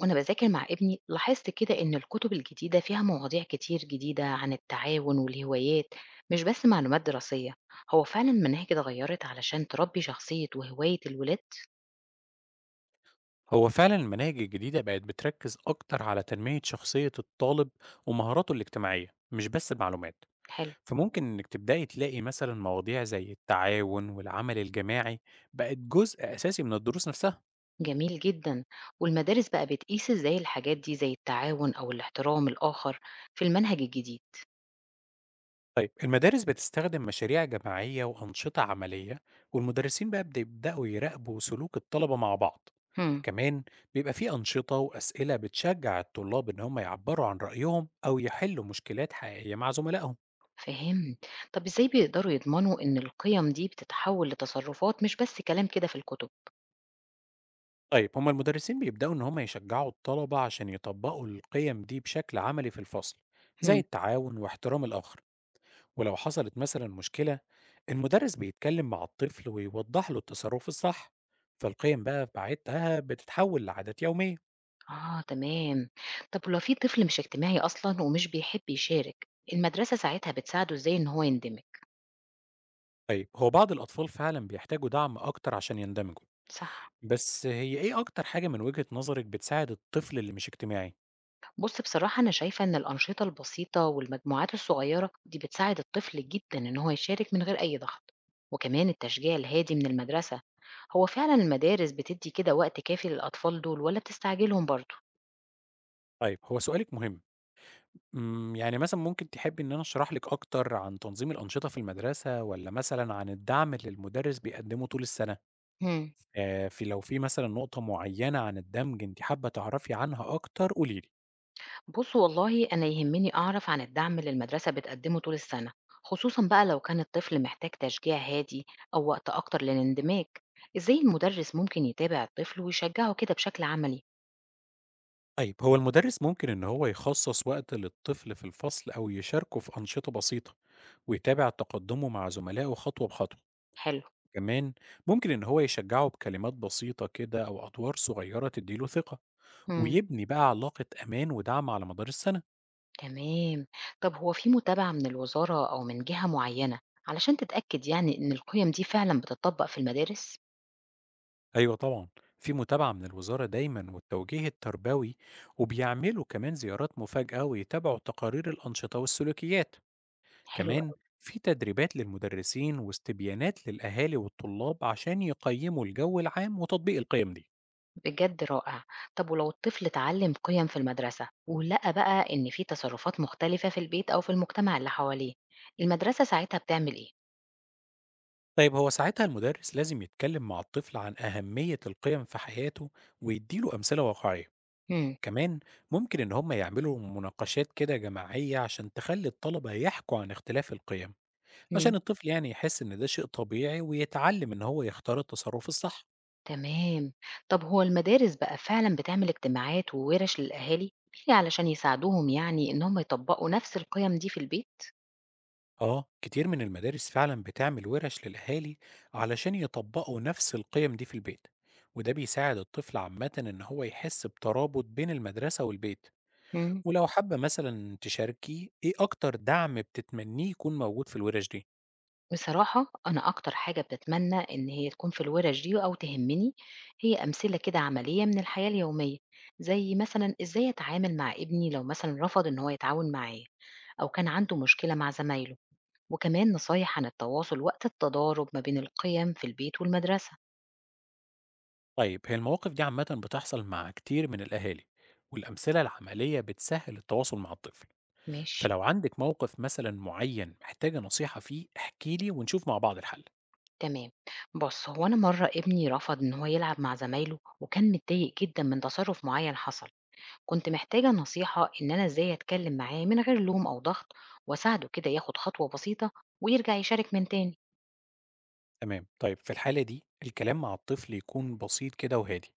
وأنا باذاكر مع ابني لاحظت كده إن الكتب الجديدة فيها مواضيع كتير جديدة عن التعاون والهوايات، مش بس معلومات دراسية. هو فعلا المناهج اتغيرت علشان تربي شخصية وهواية الولاد. هو فعلا المناهج الجديدة بقت بتركز أكتر على تنمية شخصية الطالب ومهاراته الاجتماعية، مش بس المعلومات. حلو. فممكن إنك تبدأي تلاقي مثلا مواضيع زي التعاون والعمل الجماعي بقت جزء أساسي من الدروس نفسها. جميل جدا. والمدارس بقى بتقيس ازاي الحاجات دي زي التعاون أو الاحترام الآخر في المنهج الجديد. طيب المدارس بتستخدم مشاريع جماعية وأنشطة عملية، والمدرسين بقى بيبدأوا يراقبوا سلوك الطلبة مع بعض. هم. كمان بيبقى في أنشطة وأسئلة بتشجع الطلاب إن هم يعبروا عن رأيهم أو يحلوا مشكلات حقيقية مع زملائهم. فهم. طب ازاي بيقدروا يضمنوا إن القيم دي بتتحول لتصرفات مش بس كلام كده في الكتب؟ طيب هما المدرسين بيبدأوا إن هما يشجعوا الطلبة عشان يطبقوا القيم دي بشكل عملي في الفصل، زي التعاون واحترام الآخر. ولو حصلت مثلا مشكلة، المدرس بيتكلم مع الطفل ويوضح له التصرف الصح، فالقيم بقى ساعتها بتتحول لعادات يومية. آه تمام. طب ولو في طفل مش اجتماعي أصلا ومش بيحب يشارك، المدرسة ساعتها بتساعده إزاي إن هو يندمج؟ طيب هو بعض الأطفال فعلا بيحتاجوا دعم أكتر عشان يندمجوا، صح. بس هي إيه أكتر حاجة من وجهة نظرك بتساعد الطفل اللي مش اجتماعي؟ بص بصراحة أنا شايفة إن الأنشطة البسيطة والمجموعات الصغيرة دي بتساعد الطفل جدا إن هو يشارك من غير أي ضغط، وكمان التشجيع الهادي من المدرسة. هو فعلا المدارس بتدي كده وقت كافي للأطفال دول ولا بتستعجلهم برضه؟ طيب هو سؤالك مهم. يعني مثلًا ممكن تحبي إن أنا أشرح لِك أكتر عن تنظيم الأنشطة في المدرسة، والّا مثلًا عن الدعم اللي المدرس بيقدمه طول السنة؟ في لو في مثلًا نقطة معينة عن الدمج أنتِ حابة تعرفي عنها أكتر قولي لي. بُص والله أنا يهمني أعرف عن الدعم اللي المدرسة بتقدمه طول السنة، خصوصًا بقى لو كان الطفل محتاج تشجيع هادي أو وقت أكتر للاندماج، إزاي المدرس ممكن يتابع الطفل ويشجعه كده بشكل عملي؟ طيب هو المدرس ممكن إن هو يخصص وقت للطفل في الفصل أو يشاركه في أنشطة بسيطة، ويتابع تقدمه مع زملائه خطوة بخطوة. حلو. كمان ممكن إن هو يشجعه بكلمات بسيطة كده أو أدوار صغيرة تدّي له ثقة، إمم، ويبني بقى علاقة أمان ودعم على مدار السنة. تمام. طب هو في متابعة من الوزارة أو من جهة معينة علشان تتأكد يعني إن القيم دي فعلًا بتتطبق في المدارس؟ أيوه طبعًا، في متابعة من الوزارة دايمًا والتوجيه التربوي، وبيعملوا كمان زيارات مفاجأة ويتابعوا تقارير الأنشطة والسلوكيات. حلو كمان أوي. في تدريبات للمدرسين واستبيانات للأهالي والطلاب عشان يقيموا الجو العام وتطبيق القيم دي. بجد رائع. طب ولو الطفل اتعلم قيم في المدرسة ولقى بقى إن في تصرفات مختلفة في البيت أو في المجتمع اللي حواليه، المدرسة ساعتها بتعمل إيه؟ طيب هو ساعتها المدرس لازم يتكلم مع الطفل عن أهمية القيم في حياته ويديله أمثلة واقعية، مم. كمان ممكن إن هم يعملوا مناقشات كده جماعية عشان تخلي الطلبة يحكوا عن اختلاف القيم. عشان مم. الطفل يعني يحس إن ده شيء طبيعي ويتعلم إن هو يختار التصرف الصح. تمام. طب هو المدارس بقى فعلا بتعمل اجتماعات وورش للأهالي يعني علشان يساعدوهم يعني إنهم يطبقوا نفس القيم دي في البيت؟ آه كتير من المدارس فعلا بتعمل ورش للأهالي علشان يطبقوا نفس القيم دي في البيت، وده بيساعد الطفل عامة إن هو يحس بترابط بين المدرسة والبيت. مم. ولو حابة مثلا تشاركي إيه أكتر دعم بتتمنيه يكون موجود في الورش دي؟ بصراحة أنا أكتر حاجة بتتمنى إن هي تكون في الورش دي أو تهمني، هي أمثلة كده عملية من الحياة اليومية، زي مثلا إزاي أتعامل مع ابني لو مثلا رفض إن هو يتعاون معايا أو كان عنده مشكلة مع زمايله، وكمان نصايح عن التواصل وقت التضارب ما بين القيم في البيت والمدرسة. طيب هي المواقف دي عامة بتحصل مع كتير من الأهالي، والأمثلة العملية بتسهل التواصل مع الطفل. ماشي. فلو عندِك موقف مثلًا معيّن محتاجة نصيحة فيه، احكي لي ونشوف مع بعض الحل. تمام. بص هو أنا مرة ابني رفض إن هو يلعب مع زمايله وكان متضايق جدا من تصرف معين حصل، كنت محتاجة نصيحة إن أنا إزاي أتكلم معاه من غير لوم أو ضغط وأساعده كده ياخد خطوة بسيطة ويرجع يشارك من تاني. تمام، طيب في الحالة دي الكلام مع الطفل يكون بسيط كده وهادي،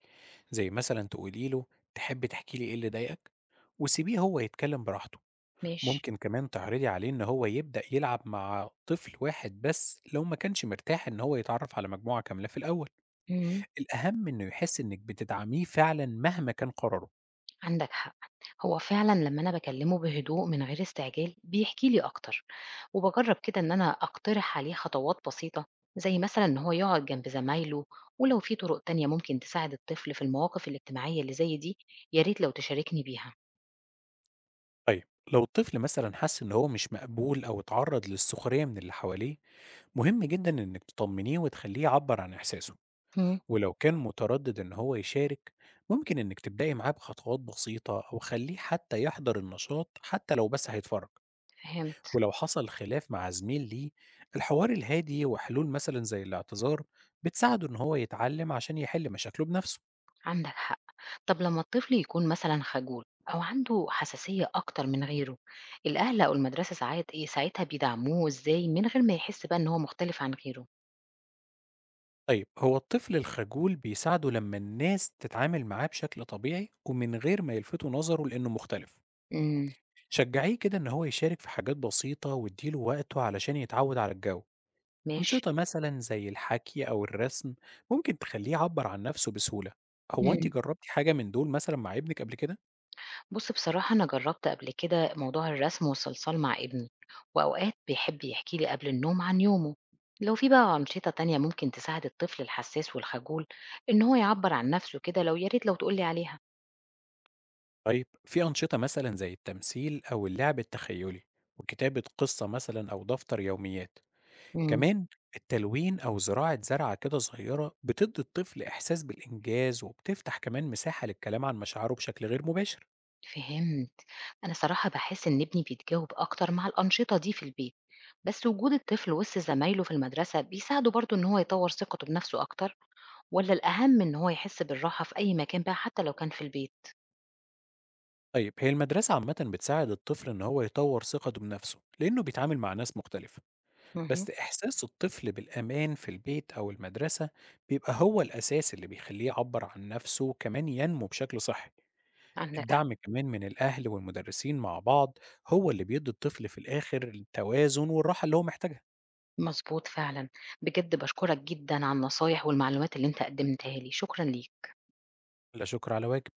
زي مثلًا تقولي له: "تحب تحكي لي إيه اللي ضايقك؟" وسيبيه هو يتكلم براحته. ماشي. ممكن كمان تعرضي عليه إن هو يبدأ يلعب مع طفل واحد بس لو ما كانش مرتاح إن هو يتعرف على مجموعة كاملة في الأول. مم. الأهم إنه يحس إنِك بتدعميه فعلًا مهما كان قراره. عندك حق. هو فعلا لما أنا بكلمه بهدوء من غير استعجال بيحكي لي أكتر، وبجرب كده إن أنا أقترح عليه خطوات بسيطة، زي مثلا إن هو يقعد جنب زمايله. ولو في طرق تانية ممكن تساعد الطفل في المواقف الاجتماعية اللي زي دي، يا ريت لو تشاركني بيها. طيب لو الطفل مثلًا حس إن هو مش مقبول أو اتعرض للسخرية من اللي حواليه، مهم جدا إنك تطمنيه وتخليه يعبر عن إحساسه. مم. ولو كان متردد إن هو يشارك، ممكن إنك تبدأي معاه بخطوات بسيطة أو خليه حتى يحضر النشاط حتى لو بس هيتفرج. فهمت. ولو حصل خلاف مع زميل ليه، الحوار الهادي وحلول مثلا زي الاعتذار بتساعده إن هو يتعلم عشان يحل مشاكله بنفسه. عندك حق. طب لما الطفل يكون مثلا خجول أو عنده حساسية أكتر من غيره، الأهل أو المدرسة ساعات إيه ساعتها بيدعموه إزاي من غير ما يحس بقى إن هو مختلف عن غيره؟ طيب هو الطفل الخجول بيساعده لما الناس تتعامل معاه بشكل طبيعي ومن غير ما يلفتوا نظره لأنه مختلف. امم شجعيه كده إن هو يشارك في حاجات بسيطة واديله وقته علشان يتعود على الجو. ماشي. أنشطة مثلا زي الحكي أو الرسم ممكن تخليه يعبر عن نفسه بسهولة. هو أنت مم. جربتي حاجة من دول مثلا مع ابنك قبل كده؟ بص بصراحة أنا جربت قبل كده موضوع الرسم والصلصال مع ابني، وأوقات بيحب يحكي لي قبل النوم عن يومه. لو في بقى أنشطة تانية ممكن تساعد الطفل الحساس والخجول إن هو يعبر عن نفسه كده، لو يا ريت لو تقولي عليها. طيب في أنشطة مثلا زي التمثيل أو اللعب التخيلي، وكتابة قصة مثلا أو دفتر يوميات. كمان التلوين أو زراعة زرعة كده صغيرة بتدي الطفل إحساس بالإنجاز وبتفتح كمان مساحة للكلام عن مشاعره بشكل غير مباشر. فهمت. أنا صراحة بحس إن ابني بيتجاوب أكتر مع الأنشطة دي في البيت، بس وجود الطفل وسط زمايله في المدرسة بيساعده برضه إن هو يطور ثقته بنفسه أكتر. ولا الأهم إن هو يحس بالراحة في أي مكان بقى حتى لو كان في البيت؟ طيب هي المدرسة عامة بتساعد الطفل إن هو يطور ثقته بنفسه لأنه بيتعامل مع ناس مختلفة. مهم. بس إحساس الطفل بالأمان في البيت أو المدرسة بيبقى هو الأساس اللي بيخليه يعبر عن نفسه وكمان ينمو بشكل صحي. عندك حق. الدعم كمان من الأهل والمدرسين مع بعض هو اللي بيدي الطفل في الآخر التوازن والراحة اللي هو محتاجها. مظبوط فعلا. بجد بشكرك جدا على النصايح والمعلومات اللي أنت قدمتها لي، شكرا ليك. لا شكر على واجب.